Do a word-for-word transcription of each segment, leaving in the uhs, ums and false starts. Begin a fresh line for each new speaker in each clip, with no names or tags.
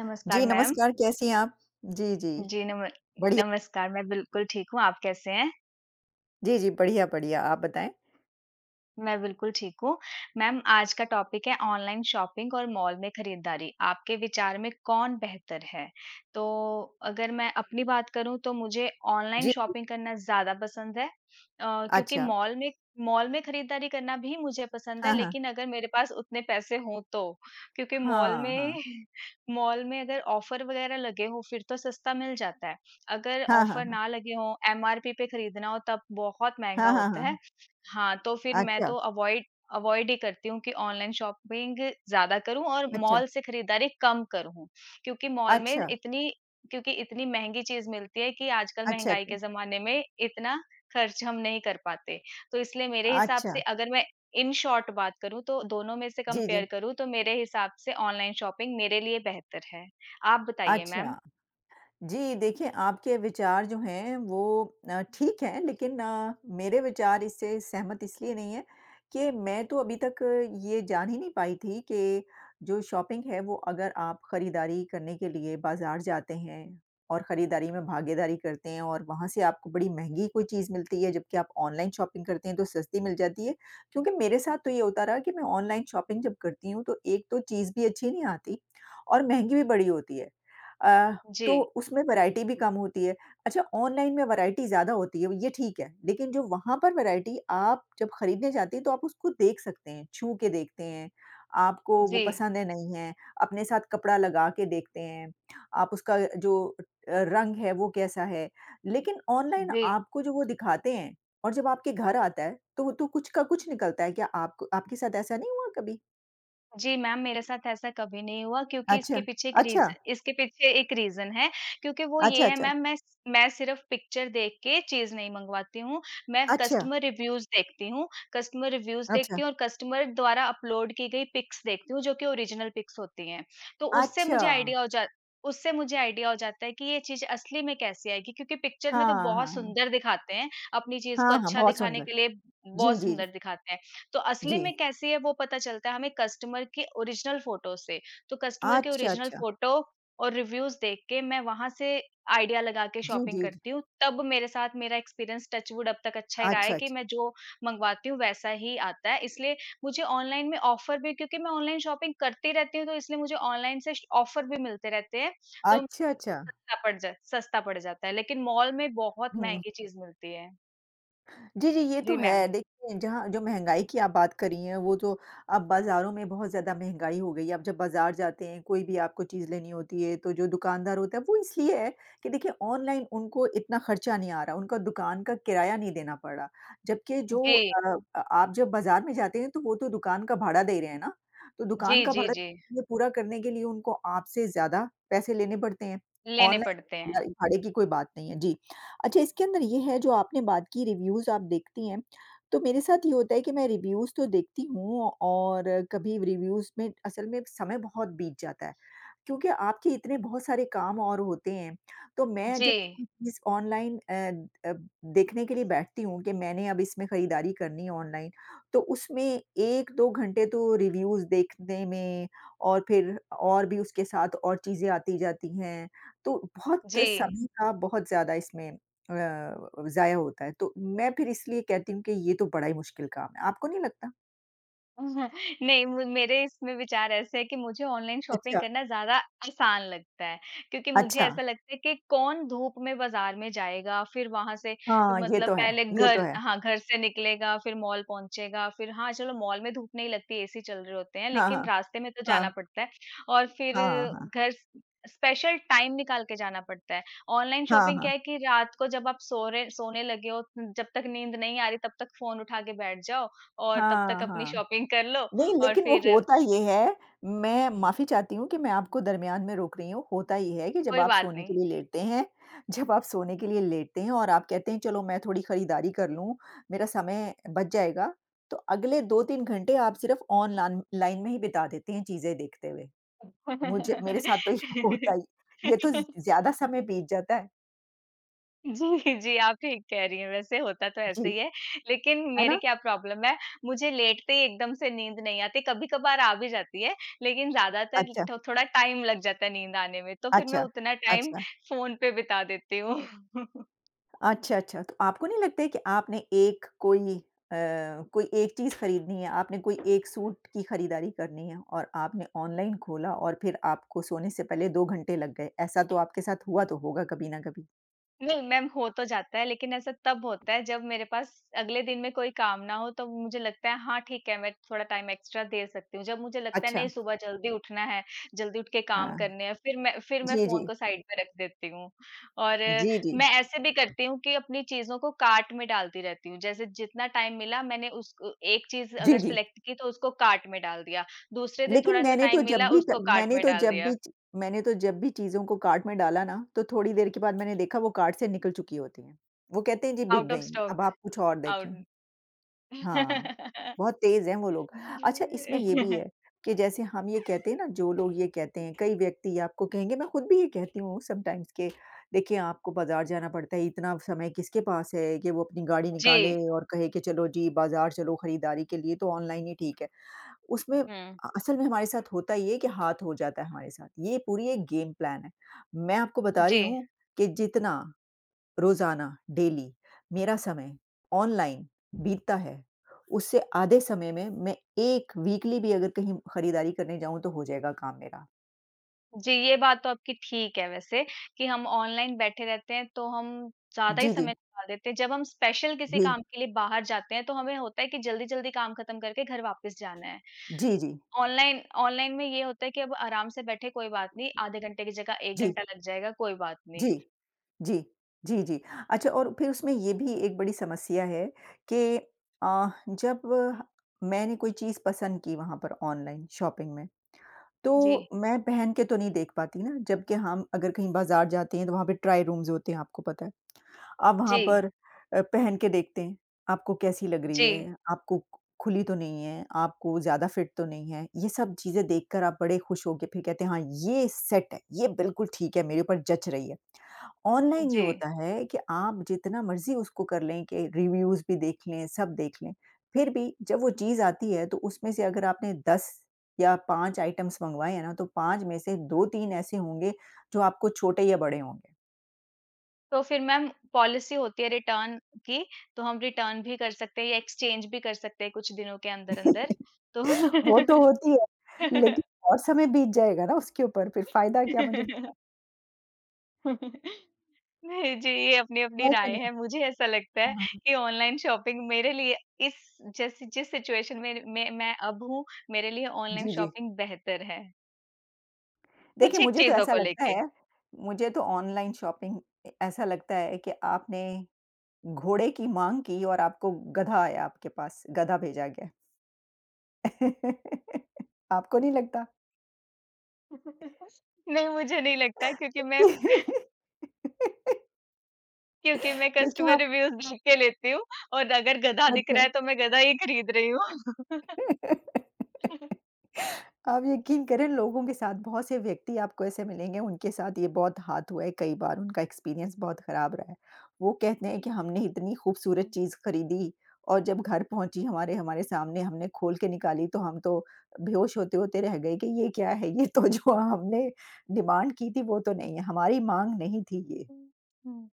नमस्कार
जी,
मैम।
नमस्कार, कैसी हैं आप? जी, जी,
जी, नम
बढ़िया।
नमस्कार, मैं बिल्कुल ठीक हूँ, आप कैसे हैं?
जी, जी, बढ़िया, बढ़िया, आप बताएँ?
मैं बिल्कुल ठीक हूँ। मैम, आज का टॉपिक है ऑनलाइन शॉपिंग और मॉल में खरीदारी। आपके विचार में कौन बेहतर है? तो अगर मैं अपनी बात करूँ तो मुझे ऑनलाइन
जी,
शॉपिंग करना ज़्यादा पसंद है। अ, क्योंकि
अच्छा,
मॉल में मॉल में खरीदारी करना भी मुझे पसंद है,
हाँ, हाँ,
लेकिन अगर मेरे पास उतने पैसे हों तो। क्योंकि मॉल में
हाँ,
मॉल में अगर ऑफर वगैरह लगे हों फिर तो सस्ता मिल जाता है। अगर
हाँ, हाँ, हाँ,
ऑफर
हाँ,
ना लगे हों, एमआरपी पे खरीदना हो तब बहुत महँगा
हाँ, हाँ,
होता है।
हाँ,
हाँ, तो फिर मैं
अच्छा,
तो अवॉइड अवॉइड ही करती हूँ कि ऑनलाइन शॉपिंग ज़्यादा करूँ और
अच्छा,
मॉल से खरीदारी कम करूँ। क्योंकि मॉल में
अच्छा,
इतनी क्योंकि इतनी महँगी चीज़ मिलती है कि आजकल
अच्छा,
महँगाई के
अच्छा,
ज़माने में इतना खर्च हम नहीं कर पाते। तो इसलिए मेरे हिसाब
अच्छा,
से, अगर मैं इन शॉर्ट बात करूँ, तो दोनों में से
जी,
कंपेयर
जी,
करूँ तो मेरे हिसाब से ऑनलाइन शॉपिंग मेरे लिए बेहतर है। आप बताइए मैम?
अच्छा। जी, देखिए आपके विचार जो हैं वो अ, ठीक हैं लेकिन अ, मेरे विचार इससे सहमत इसलिए नहीं है कि मैं तो अभी तक ये जान ही नहीं पाई थी कि जो शॉपिंग है वो अगर आप खरीदारी करने के लिए बाज़ार जाते हैं और खरीदारी में भागीदारी करते हैं और वहाँ से आपको बड़ी महँगी कोई चीज़ मिलती है जबकि आप ऑनलाइन शॉपिंग करते हैं तो सस्ती मिल जाती है। क्योंकि मेरे साथ तो ये होता रहा कि मैं ऑनलाइन शॉपिंग जब करती हूँ तो एक तो चीज़ भी अच्छी नहीं आती और महँगी भी बड़ी होती है। अ, तो
जी,
उसमें वैराइटी भी कम होती है। अच्छा ऑनलाइन में वैराइटी ज़्यादा होती है, ये ठीक है, लेकिन जो वहाँ पर वैराइटी आप जब खरीदने जाती हैं तो आप उसको देख सकते हैं, छू के देखते हैं, आपको वो
जी,
पसंद है, नहीं है, अपने साथ कपड़ा लगा के देखते हैं, आप उसका जो अ, रंग है वो कैसा है। लेकिन ऑनलाइन
जी।
आपको जो वो दिखाते हैं और जब आपके घर आता है तो वो तो कुछ का कुछ निकलता है। क्या आपको आपके साथ ऐसा नहीं हुआ कभी?
जी मैम, मेरे साथ ऐसा कभी नहीं हुआ, क्योंकि इसके
अच्छा,
पीछे एक
अच्छा,
रीज़ इसके पीछे एक रीज़न है। क्योंकि वो
अच्छा,
ये है
अच्छा,
मैम, मैं स मैं सिर्फ़ पिक्चर देख के चीज़ नहीं मँगवाती हूँ, मैं
अच्छा,
कस्टमर रिव्यूज़ देखती हूँ। कस्टमर रिव्यूज़
अच्छा।
देखती हूँ और कस्टमर द्वारा अपलोड की गई पिक्स देखती हूँ, जो कि ओरिजिनल पिक्स होती हैं। तो उससे
अच्छा।
मुझे आइडिया हो जा उससे मुझे आइडिया हो जाता है कि ये चीज़ असली में कैसी आएगी, क्योंकि पिक्चर में तो
हाँ,
बहुत
हाँ।
सुंदर दिखाते हैं, अपनी चीज़ को
हाँ, हाँ,
अच्छा
बहुत
दिखाने
सुंदर।
के लिए
जी,
बहुत
जी,
सुंदर दिखाते हैं। तो असली
जी।
में कैसी है वो पता चलता है हमें कस्टमर के ओरिजिनल फोटो से। तो कस्टमर के
अच्छा,
ओरिजिनल
अच्छा।
फोटो और रिव्यूज़ देख के मैं वहाँ से आइडिया लगा के
जी,
शॉपिंग
जी, जी।
करती हूँ। तब मेरे साथ मेरा एक्सपीरियंस टच वुड अब तक अच्छा ही रहा है
अच्छा, अच्छा।
कि मैं जो मँगवाती हूँ वैसा ही आता है। इसलिए मुझे ऑनलाइन में ऑफ़र भी, क्योंकि मैं ऑनलाइन शॉपिंग करती रहती हूँ, तो इसलिए मुझे ऑनलाइन से श ऑफ़र भी मिलते रहते हैं। तो
अच्छा, अच्छा।
सस्ता पड़ जा सस्ता पड़ जाता है। लेकिन मॉल में बहुत
हुँ,
महँगी चीज़ मिलती है।
जी, जी, ये तो
जी मैम।
है। देखिए, जहाँ जो महँगाई की आप बात कर रही हैं, वो तो अब बाज़ारों में बहुत ज़्यादा महँगाई हो गई है। आप जब बाज़ार जाते हैं, कोई भी आपको चीज़ लेनी होती है, तो जो दुकानदार होता है, वो इसलिए है कि देखिए, ऑनलाइन उनको इतना खर्चा नहीं आ रहा, उनका दुकान का किराया नहीं देना पड़ रहा। जबकि जो
जी।
अ, अ, आप जब बाज़ार में जाते हैं, तो वो तो दुकान का भाड़ा दे रहे हैं ना, तो दुकान
जी,
का
जी,
भाड़ा
जी।
ये पूरा करने के लिए उनको आपसे ज़्यादा पैसे लेने पड़ते हैं।
लेने
ऑनलाइन
पड़ते हैं।
भाड़ा भाड़े की कोई बात नहीं है। जी। अच्छा इसके अंदर ये है जो आपने बात की रिव्यूज़ आप देखती हैं, तो मेरे साथ ये होता है कि मैं रिव्यूज़ तो देखती हूँ और कभी रिव्यूज़ में असल में समय बहुत बीत जाता है। क्योंकि आपके इतने बहुत सारे काम और होते हैं, तो मैं जब
जी,
कोई चीज़ ऑनलाइन अ अ, देखने के लिए बैठती हूँ कि मैंने अब इसमें खरीदारी करनी है ऑनलाइन, तो उसमें एक दो घंटे तो रिव्यूज़ देखने में और फिर और भी उसके साथ और चीज़ें आती-जाती हैं, तो बहुत
जी।
समय का बहुत ज़्यादा इसमें अ, ज़ाया होता है। तो मैं फिर इसलिए कहती हूँ कि ये तो बड़ा ही मुश्किल काम है, आपको नहीं लगता?
नहीं, मु मेरे इसमें विचार ऐसे है कि मुझे ऑनलाइन शॉपिंग
अच्छा,
करना ज़्यादा आसान लगता है, क्योंकि मुझे
अच्छा।
ऐसा लगता है कि कौन धूप में बाज़ार में जाएगा, फिर वहाँ से
हाँ, ये
मतलब
तो है,
पहले
ये तो
घर
है।
हाँ, घर से निकलेगा, फिर मॉल पहुँचेगा, फिर हाँ, चलो, मॉल में धूप नहीं लगती, एसी चल रहे होते हैं,
हाँ,
लेकिन
हाँ।
रास्ते में तो जाना
हाँ,
पड़ता है, और फिर
हाँ, हाँ।
घर, स्पेशल टाइम निकाल के जाना पड़ता है। ऑनलाइन
हाँ,
शॉपिंग क्या
हाँ।
है कि रात को जब आप सो रहे सोने लगे हो, जब तक नींद नहीं आ रही, तब तक फ़ोन उठा के बैठ जाओ और तब तक
हाँ,
अपनी
हाँ।
शॉपिंग कर लो,
नहीं,
और
लेकिन वो
फिर
होता ये है मैं माफ़ी चाहती हूँ कि मैं आपको दरमियान में रोक रही हूँ। होता ये है कि जब
कोई
आप
बात
सोने
नहीं।
के लिए लेटते हैं जब आप सोने के लिए लेटते हैं और आप कहते हैं चलो मैं थोड़ी खरीदारी कर लूँ, मेरा समय बच जाएगा, तो अगले दो तीन घंटे आप सिर्फ़ ऑनलान लाइन में ही बिता देते हैं चीज़ें देखते हुए। मुझे मेरे साथ तो ये होता ही ये तो ज़्यादा समय बीत जाता है।
जी, जी, आप ठीक कह रही हैं, वैसे होता तो ऐसे
जी,
ही है। लेकिन
है
मेरी
ना?
क्या प्रॉब्लम है, मुझे लेटते ही एकदम से नींद नहीं आती, कभी-कभार आ भी जाती है, लेकिन ज़्यादातर
अच्छा,
थो थोड़ा टाइम लग जाता है नींद आने में, तो फिर मैं
अच्छा,
उतना टाइम
अच्छा।
फ़ोन पे बिता देती हूँ।
अच्छा, अच्छा। तो आपको नहीं लगता है कि आपने एक कोई अ, कोई एक चीज़ खरीदनी है, आपने कोई एक सूट की खरीदारी करनी है और आपने ऑनलाइन खोला और फिर आपको सोने से पहले दो घंटे लग गए। ऐसा तो आपके साथ हुआ तो होगा कभी ना कभी।
नहीं मैम, हो तो जाता है, लेकिन ऐसा तब होता है जब मेरे पास अगले दिन में कोई काम ना हो, तो मुझे लगता है हाँ, ठीक है, मैं थोड़ा टाइम एक्स्ट्रा दे सकती हूँ। जब मुझे लगता है
अच्छा,
नहीं, सुबह जल्दी उठना है, जल्दी उठ के काम
हाँ।
करने हैं, फिर मैं फिर मैं
जी,
फोन
जी।
को साइड पे रख देती हूँ। और अ,
जी, जी।
मैं ऐसे भी करती हूँ कि अपनी चीजों को कार्ट में डालती रहती हूँ, जैसे जितना टाइम मिला, मैंने उस एक चीज अगर
जी, जी।
सिलेक्ट की तो उसको कार्ट में डाल दिया। दूसरे दिन
लेकिन
थोड़ा सा
मैंने तो
टाइम मिला,
जब भी क
उसको कार्ट
मैंने
में
तो
डाल
जब
दिया।
भी च मैंने तो जब भी चीज़ों को कार्ट में डाला ना, तो थोड़ी देर के बाद मैंने देखा वो कार्ट से निकल चुकी होती हैं। वो कहते हैं जी बिक
आउट ऑफ
गई हैं,
स्टॉक
अब आप कुछ और देखें।
आउट
हाँ, बहुत तेज़ हैं वो लोग। अच्छा इसमें ये भी है कि जैसे हम ये कहते हैं ना जो लोग ये कहते हैं, कई व्यक्ति आपको कहेंगे मैं खुद भी ये कहती हूँ समटाइम्स कि देखिए आपको बाज़ार जाना पड़ता है, इतना समय किसके पास है कि वो अपनी गाड़ी निकाले
जी,
और कहे कि चलो जी बाज़ार चलो खरीदारी के लिए तो ऑनलाइन ही ठीक है। उसमें
हुँ,
अ, असल में हमारे साथ होता ये है कि हाथ हो जाता है हमारे साथ। ये पूरी एक गेम प्लान है। मैं आपको बता
जी।
रही हूँ कि जितना रोज़ाना, डेली मेरा समय ऑनलाइन बीतता है, उससे आधे समय में मैं एक वीकली भी अगर कहीं खरीदारी करने जाऊँ तो हो जाएगा काम मेरा।
जी, ये बात तो आपकी ठीक है वैसे, कि हम ऑनलाइन बैठे रहते हैं तो हम ज़्यादा ही
जी, जी।
समय निकाल देते हैं। जब हम स्पेशल किसी
जी।
काम के लिए बाहर जाते हैं तो हमें होता है कि जल्दी-जल्दी काम खत्म करके घर वापस जाना है।
जी, जी।
ऑनलाइन ऑनलाइन में ये होता है कि अब आराम से बैठे कोई बात नहीं, आधे घंटे की जगह एक
जी,
घंटा लग जाएगा, कोई बात नहीं।
जी। जी। जी, जी। अच्छा और फिर उसमें ये भी एक बड़ी समस्या है कि अ, जब मैंने कोई चीज़ पसंद की वहाँ पर ऑनलाइन शॉपिंग में,
जी,
तो मैं पहन के तो नहीं देख पाती ना, जबकि हम अगर कहीं बाज़ार जाते हैं तो वहाँ पे ट्रायल रूम्स होते हैं, आपको पता है। आप वहाँ
जी,
पर अ, पहन के देखते हैं, आपको कैसी लग रही
जी,
है, आपको खुली तो नहीं है, आपको ज़्यादा फिट तो नहीं है। ये सब चीज़ें देखकर आप बड़े खुश हो के फिर कहते हैं, "हाँ, ये सेट है, ये बिल्कुल ठीक है, मेरे ऊपर जच रही है।" ऑनलाइन ये
जी।
होता है कि आप जितना मर्ज़ी उसको कर लें कि रिव्यूज़ भी देख लें, सब देख लें, फिर भी जब वो चीज़ आती है, तो उसमें से अगर आपने दस या पाँच आइटम्स मँगवाए हैं ना, तो पाँच में से दो तीन ऐसे होंगे जो आपको छोटे या बड़े होंगे।
तो फिर मैम, पॉलिसी होती है रिटर्न की, तो हम रिटर्न भी कर सकते हैं या एक्सचेंज भी कर सकते हैं कुछ दिनों के अंदर-अंदर। तो
वो तो होती है, लेकिन और समय बीत जाएगा ना उसके ऊपर, फिर फ़ायदा क्या मुझे बताना
नहीं जी, ये अपनी-अपनी
है कि
राय
नहीं?
है। मुझे ऐसा लगता है
हाँ, हाँ।
कि ऑनलाइन शॉपिंग मेरे लिए, इस जैसी जिस सिचुएशन में में मैं अब हूँ, मेरे लिए ऑनलाइन
जी, जी।
शॉपिंग बेहतर है, कुछ
देखिए,
एक
मुझे तो
चीज़ों
ऐसा
को
लगता
लेके।
है मुझे तो ऑनलाइन शॉपिंग ए ऐसा लगता है कि आपने घोड़े की माँग की और आपको गधा आया आपके पास, गधा भेजा गया। आपको नहीं लगता?
नहीं, मुझे नहीं लगता, क्योंकि मैं क्योंकि मैं
देखिए
कस्टमर
आप
रिव्यूज़ देख के लेती हूँ, और अगर गधा दिख रहा
अच्छा।
है तो मैं गधा ही खरीद रही हूँ।
आप यकीन करें लोगों के साथ बहुत से व्यक्ति आपको ऐसे मिलेंगे उनके साथ ये बहुत हाथ हुआ है कई बार उनका एक्सपीरियंस बहुत खराब रहा है। वो कहते हैं कि हमने इतनी खूबसूरत चीज़ खरीदी और जब घर पहुँची हमारे हमारे सामने हमने खोल के निकाली तो हम तो बेहोश होते-होते रह गए कि ये क्या है? ये तो जो हमने डिमांड की थी वो तो नहीं है, हमारी माँग नहीं थी ये।
हुँ,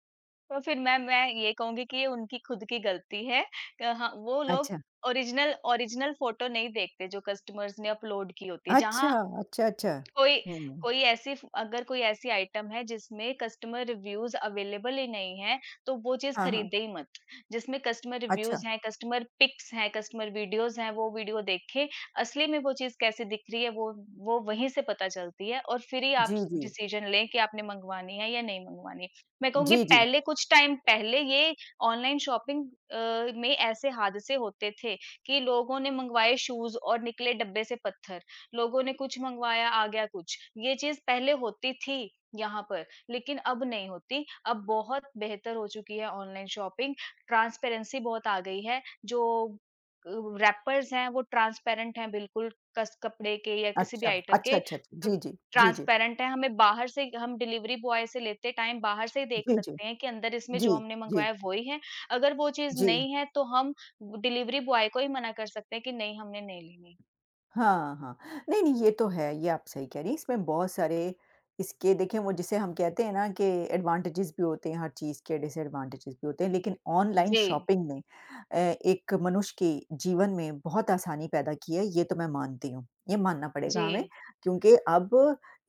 तो फिर मैं मैं ये कहूँगी कि ये उनकी खुद की गलती है। अ, हाँ, वो लोग
अच्छा।
ओरिजिनल ओरिजिनल फ़ोटो नहीं देखते, जो कस्टमर्स ने अपलोड की होती है। जहाँ
अच्छा, अच्छा, अच्छा।
कोई
हुँ।
कोई ऐसी फ अगर कोई ऐसी आइटम है जिसमें कस्टमर रिव्यूज़ अवेलेबल ही नहीं है, तो वो चीज़
हाँ, हाँ।
खरीदे ही मत। जिसमें कस्टमर
अच्छा।
रिव्यूज़ हैं, कस्टमर पिक्स हैं, कस्टमर वीडियोज़ हैं, वो वीडियो देखें। असली में वो चीज़ कैसी दिख रही है, वो वो वहीं से पता चलती है, और फिर ही आप
जी, जी।
डिसीज़न लें कि आपने मँगवानी है या नहीं मँगवानी। मैं कहूँगी,
जी, जी।
पहले कुछ टाइम पहले ये ऑनलाइन शॉपिंग अ, में ऐसे हादसे होते थे कि लोगों ने मँगवाए शूज़ और निकले डब्बे से पत्थर। लोगों ने कुछ मंगवाया, आ गया कुछ। ये चीज पहले होती थी यहाँ पर, लेकिन अब नहीं होती। अब बहुत बेहतर हो चुकी है ऑनलाइन शॉपिंग। ट्रांसपेरेंसी बहुत आ गई है। जो रैपर्स हैं वो ट्रांसपेरेंट हैं बिल्कुल, कस कपड़े के या किसी भी
अच्छा।
आइटम के।
अच्छा, अच्छा, अच्छा।
तो
जी, जी। जी, जी।
ट्रांसपेरेंट है, हमें बाहर से, हम डिलीवरी बॉय से लेते टाइम बाहर से ही देख
जी, जी।
सकते हैं कि अंदर इसमें
जी,
जो हमने
जी,
मंगवाया वही है। अगर वो चीज
जी।
नहीं है तो हम डिलीवरी बॉय को ही मना कर सकते हैं कि नहीं, हमने नहीं लेनी।
हाँ, हाँ। नहीं, नहीं ये तो है, ये आप सही कह रही हैं। इसमें बहुत सारे इसके देखिए वो जिसे हम कहते हैं ना कि एडवांटेजेस भी होते हैं, हर चीज़ के डिसएडवांटेजेस भी होते हैं, लेकिन ऑनलाइन
जी,
शॉपिंग ने अ, एक मनुष्य के जीवन में बहुत आसानी पैदा की है, ये तो मैं मानती हूँ। ये मानना
जी।
पड़ेगा हमें क्योंकि अब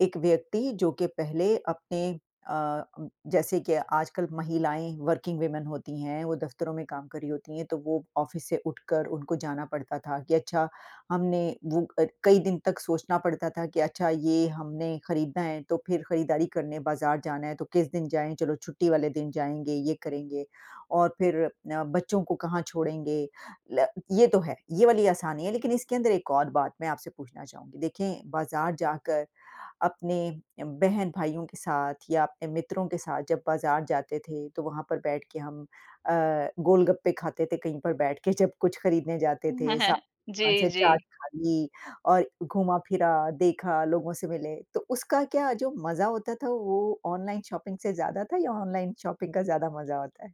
एक व्यक्ति जो कि पहले अपने अ, अम, जैसे कि आजकल महिलाएँ वर्किंग वूमेन होती हैं, वो दफ्तरों में काम कर रही होती हैं, तो वो ऑफ़िस से उठकर उनको जाना पड़ता था कि अच्छा हमने वो अ, कई दिन तक सोचना पड़ता था कि अच्छा ये हमने खरीदना है तो फिर खरीदारी करने बाज़ार जाना है तो किस दिन जाएँ? चलो छुट्टी वाले दिन जाएँगे, ये करेंगे और फिर अ, बच्चों को कहाँ छोड़ेंगे? ल ये तो है, ये वाली आसानी है लेकिन इसके अंदर एक और बात मैं आपसे पूछना चाहूँगी। देखें बाज़ार जाकर अपने बहन-भाइयों के साथ या अपने मित्रों के साथ जब बाज़ार जाते थे, तो वहाँ पर बैठ के हम अ, गोलगप्पे खाते थे कहीं पर बैठ के जब कुछ खरीदने जाते थे, साथ की
जी,
दुकान से
जी।
चाट खा ली और घूमा-फिरा, देखा, लोगों से मिले। तो उसका क्या जो मज़ा होता था वो ऑनलाइन शॉपिंग से ज़्यादा था या ऑनलाइन शॉपिंग का ज़्यादा मज़ा होता है?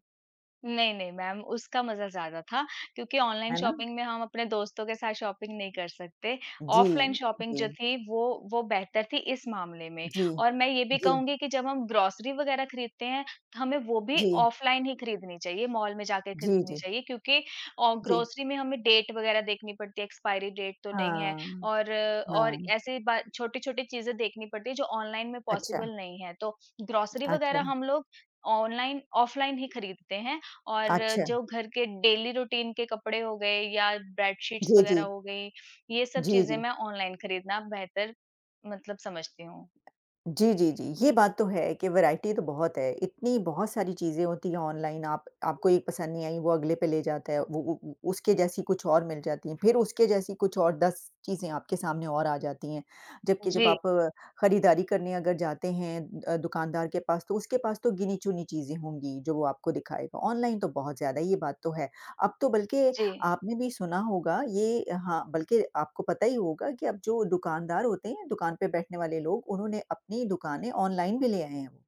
नहीं, नहीं मैम, उसका मज़ा ज़्यादा था, क्योंकि ऑनलाइन
है ना?
शॉपिंग में हम अपने दोस्तों के साथ शॉपिंग नहीं कर सकते।
जी,
ऑफ़लाइन शॉपिंग
जी,
जो थी, वो वो बेहतर थी इस मामले में।
जी,
और मैं ये भी
जी,
कहूँगी कि जब हम ग्रॉसरी वग़ैरह खरीदते हैं, तो हमें वो भी
जी,
ऑफ़लाइन ही खरीदनी चाहिए, मॉल में जाके
जी,
खरीदनी
जी,
चाहिए, क्योंकि अ,
जी।
ग्रॉसरी में हमें डेट वग़ैरह देखनी पड़ती है, एक्सपायरी डेट तो नहीं है,
हाँ,
और और
हाँ।
ऐसी बा छोटी-छोटी चीज़ें देखनी पड़ती है जो ऑनलाइन में
अच्छा,
पॉसिबल नहीं है। तो ग्रॉसरी वग़ैरह
अच्छा,
हम लोग ऑनलाइन ऑफ़लाइन ही खरीदते हैं। और
अच्छा।
जो घर के डेली रूटीन के कपड़े हो गए या बेडशीट्स
जी, जी।
वगैरह हो गई, ये सब
जी,
चीज़ें
जी।
मैं ऑनलाइन खरीदना बेहतर मतलब समझती हूँ।
जी, जी, जी। ये बात तो है कि वैरायटी तो बहुत है। इतनी बहुत सारी चीज़ें होती हैं ऑनलाइन आप आपको एक पसंद नहीं आई, वो अगले पे ले जाता है। वो वो वो उसके जैसी कुछ और मिल जाती हैं, फिर उसके जैसी कुछ और दस चीज़ें आपके सामने और आ जाती हैं। जबकि जब
जी,
आप अ, खरीदारी करने अगर जाते हैं अ, दुकानदार के पास तो उसके पास तो गिनी-चुनी चीज़ें होंगी जो वो आपको दिखाएगा। ऑनलाइन तो बहुत ज़्यादा है, ये बात तो है। अब तो बल्कि
जी।
आपने भी सुना होगा ये हाँ, बल्कि आपको पता ही होगा कि अब जो दुकानदार होते हैं, दुकान पे बैठने वाले लोग, उन्होंने अपनी दुकानें ऑनलाइन भी ले आए हैं वो।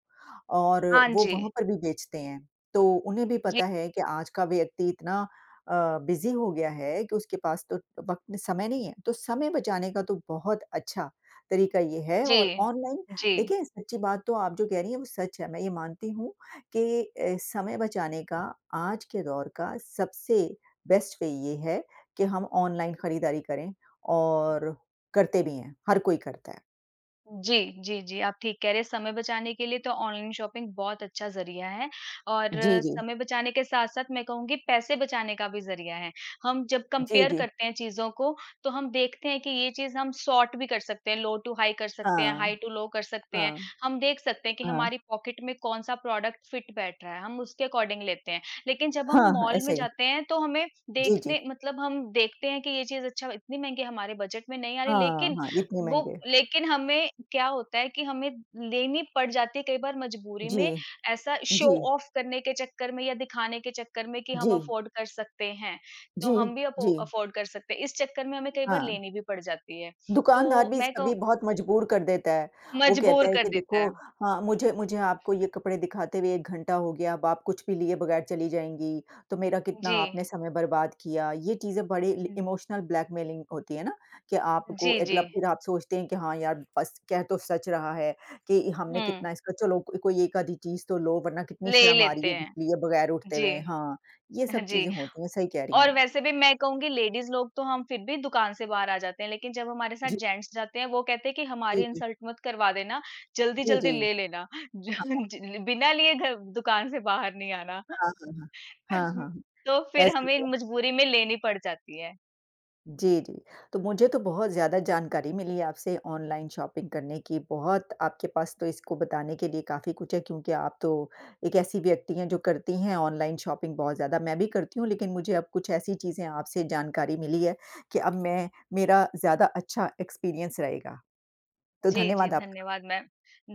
और
हाँ
वो
जी।
वहाँ पर भी बेचते हैं। तो उन्हें भी
जी,
पता है कि आज का व्यक्ति इतना अ, बिज़ी हो गया है कि उसके पास तो वक़्त समय नहीं है, तो समय बचाने का तो बहुत अच्छा तरीका ये है
जी,
और ऑनलाइन
जी।
देखिए सच्ची बात तो आप जो कह रही हैं वो सच है। मैं ये मानती हूँ कि अ, समय बचाने का आज के दौर का सबसे बेस्ट वे ये है कि हम ऑनलाइन खरीदारी करें और करते भी हैं, हर कोई करता है।
जी, जी, जी, आप ठीक कह रहे हैं, समय बचाने के लिए तो ऑनलाइन शॉपिंग बहुत अच्छा ज़रिया है और
जी, जी।
समय बचाने के साथ-साथ मैं कहूँगी पैसे बचाने का भी ज़रिया है। हम जब
जी,
कंपेयर
जी।
करते हैं चीज़ों को, तो हम देखते हैं कि ये चीज़ हम सॉर्ट भी कर सकते हैं, लो टू हाई कर सकते हैं,
हाँ,
हाई टू लो कर सकते हैं।
हाँ,
हम देख सकते हैं कि
हाँ।
हमारी पॉकेट में कौन-सा प्रोडक्ट फिट बैठ रहा है, हम उसके अकॉर्डिंग लेते हैं। लेकिन जब हम
हाँ, हाँ,
मॉल में
ऐसे ही।
जाते हैं, तो हमें
जी, जी।
देखने मतलब हम देखते हैं कि ये चीज़ अच्छा इतनी महँगी हमारे बजट में नहीं आ रही,
हाँ,
लेकिन
हाँ, इतने
वो
महँगे।
लेकिन हमें क्या होता है कि हमें लेनी पड़ जाती है कई बार मजबूरी
जी,
में, ऐसा शो
जी,
ऑफ करने के चक्कर में या दिखाने के चक्कर में कि
जी,
हम अफोर्ड कर सकते हैं तो
जी,
हम भी
जी,
अफोर्ड कर सकते हैं, इस चक्कर में हमें कई बार
हाँ।
लेनी भी पड़ जाती है। तो
दुकानदार भी
मैं कहूँ,
कभी बहुत मजबूर कर देता है। वो
मजबूर
कहता है
कर
कि
देता
देखो
है।
हाँ, मुझे मुझे आपको ये कपड़े दिखाते हुए एक घंटा हो गया, अब आप कुछ भी लिए बगैर चली जाएँगी, तो मेरा कितना
जी,
आपने समय बर्बाद किया। ये चीज़ें बड़ी ल इमोशनल ब्लैकमेलिंग होती है ना, कि आपको
जी, जी।
अगला फिर आप सोचते हैं कि हाँ यार, बस कह तो सच रहा है कि हमने
हम्म।
कितना इसका चलो को कोई एक आधी चीज़ तो लो वरना कितनी
ले ही
शर्म आ
लेते
रही है
हैं।
लिए बगैर उठते
जी।
हुए। हाँ, ये सब
जी।
चीज़ें होती हैं, सही कह रही हैं
और
आप।
वैसे भी मैं कहूँगी, लेडीज़ लोग तो हम फिर भी दुकान से बाहर आ जाते हैं, लेकिन जब हमारे साथ
जी,
जेंट्स जाते हैं, वो कहते हैं कि
जी,
हमारी
जी।
इंसल्ट मत करवा देना,
जी,
जल्दी-जल्दी
जी।
ले लेना। ज
हाँ,
ज बिना लिए घर दुकान से बाहर नहीं आना।
हाँ, हाँ, हाँ। हाँ, हाँ।
तो फिर
ऐसे
हमें
भी
मजबूरी में लेनी पड़ जाती है।
जी, जी। तो मुझे तो बहुत ज़्यादा जानकारी मिली आपसे ऑनलाइन शॉपिंग करने की, बहुत आपके पास तो इसको बताने के लिए काफ़ी कुछ है क्योंकि आप तो एक ऐसी व्यक्ति हैं जो करती हैं ऑनलाइन शॉपिंग बहुत ज़्यादा। मैं भी करती हूँ लेकिन मुझे अब कुछ ऐसी चीज़ें आपसे जानकारी मिली है कि अब मैं मेरा ज़्यादा अच्छा एक्सपीरियंस रहेगा। तो
जी, जी,
धन्यवाद आपका।
धन्यवाद मैम।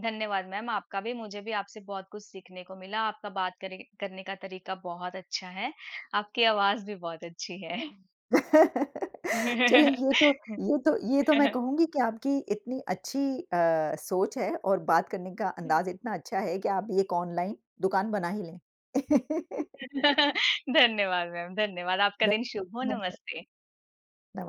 धन्यवाद मैम, आपका भी, मुझे भी आपसे बहुत कुछ सीखने को मिला। आपका बात करे करने का तरीका बहुत अच्छा है। आपकी आवाज़ भी बहुत अच्छी है।
चलिए ये तो ये तो ये तो मैं कहूँगी कि आपकी इतनी अच्छी अ, सोच है और बात करने का अंदाज़ इतना अच्छा है कि आप ये एक ऑनलाइन दुकान बना ही लें।
धन्यवाद मैम, धन्यवाद। आपका
ध
दिन शुभ हो,
धन्यवाद।
नमस्ते।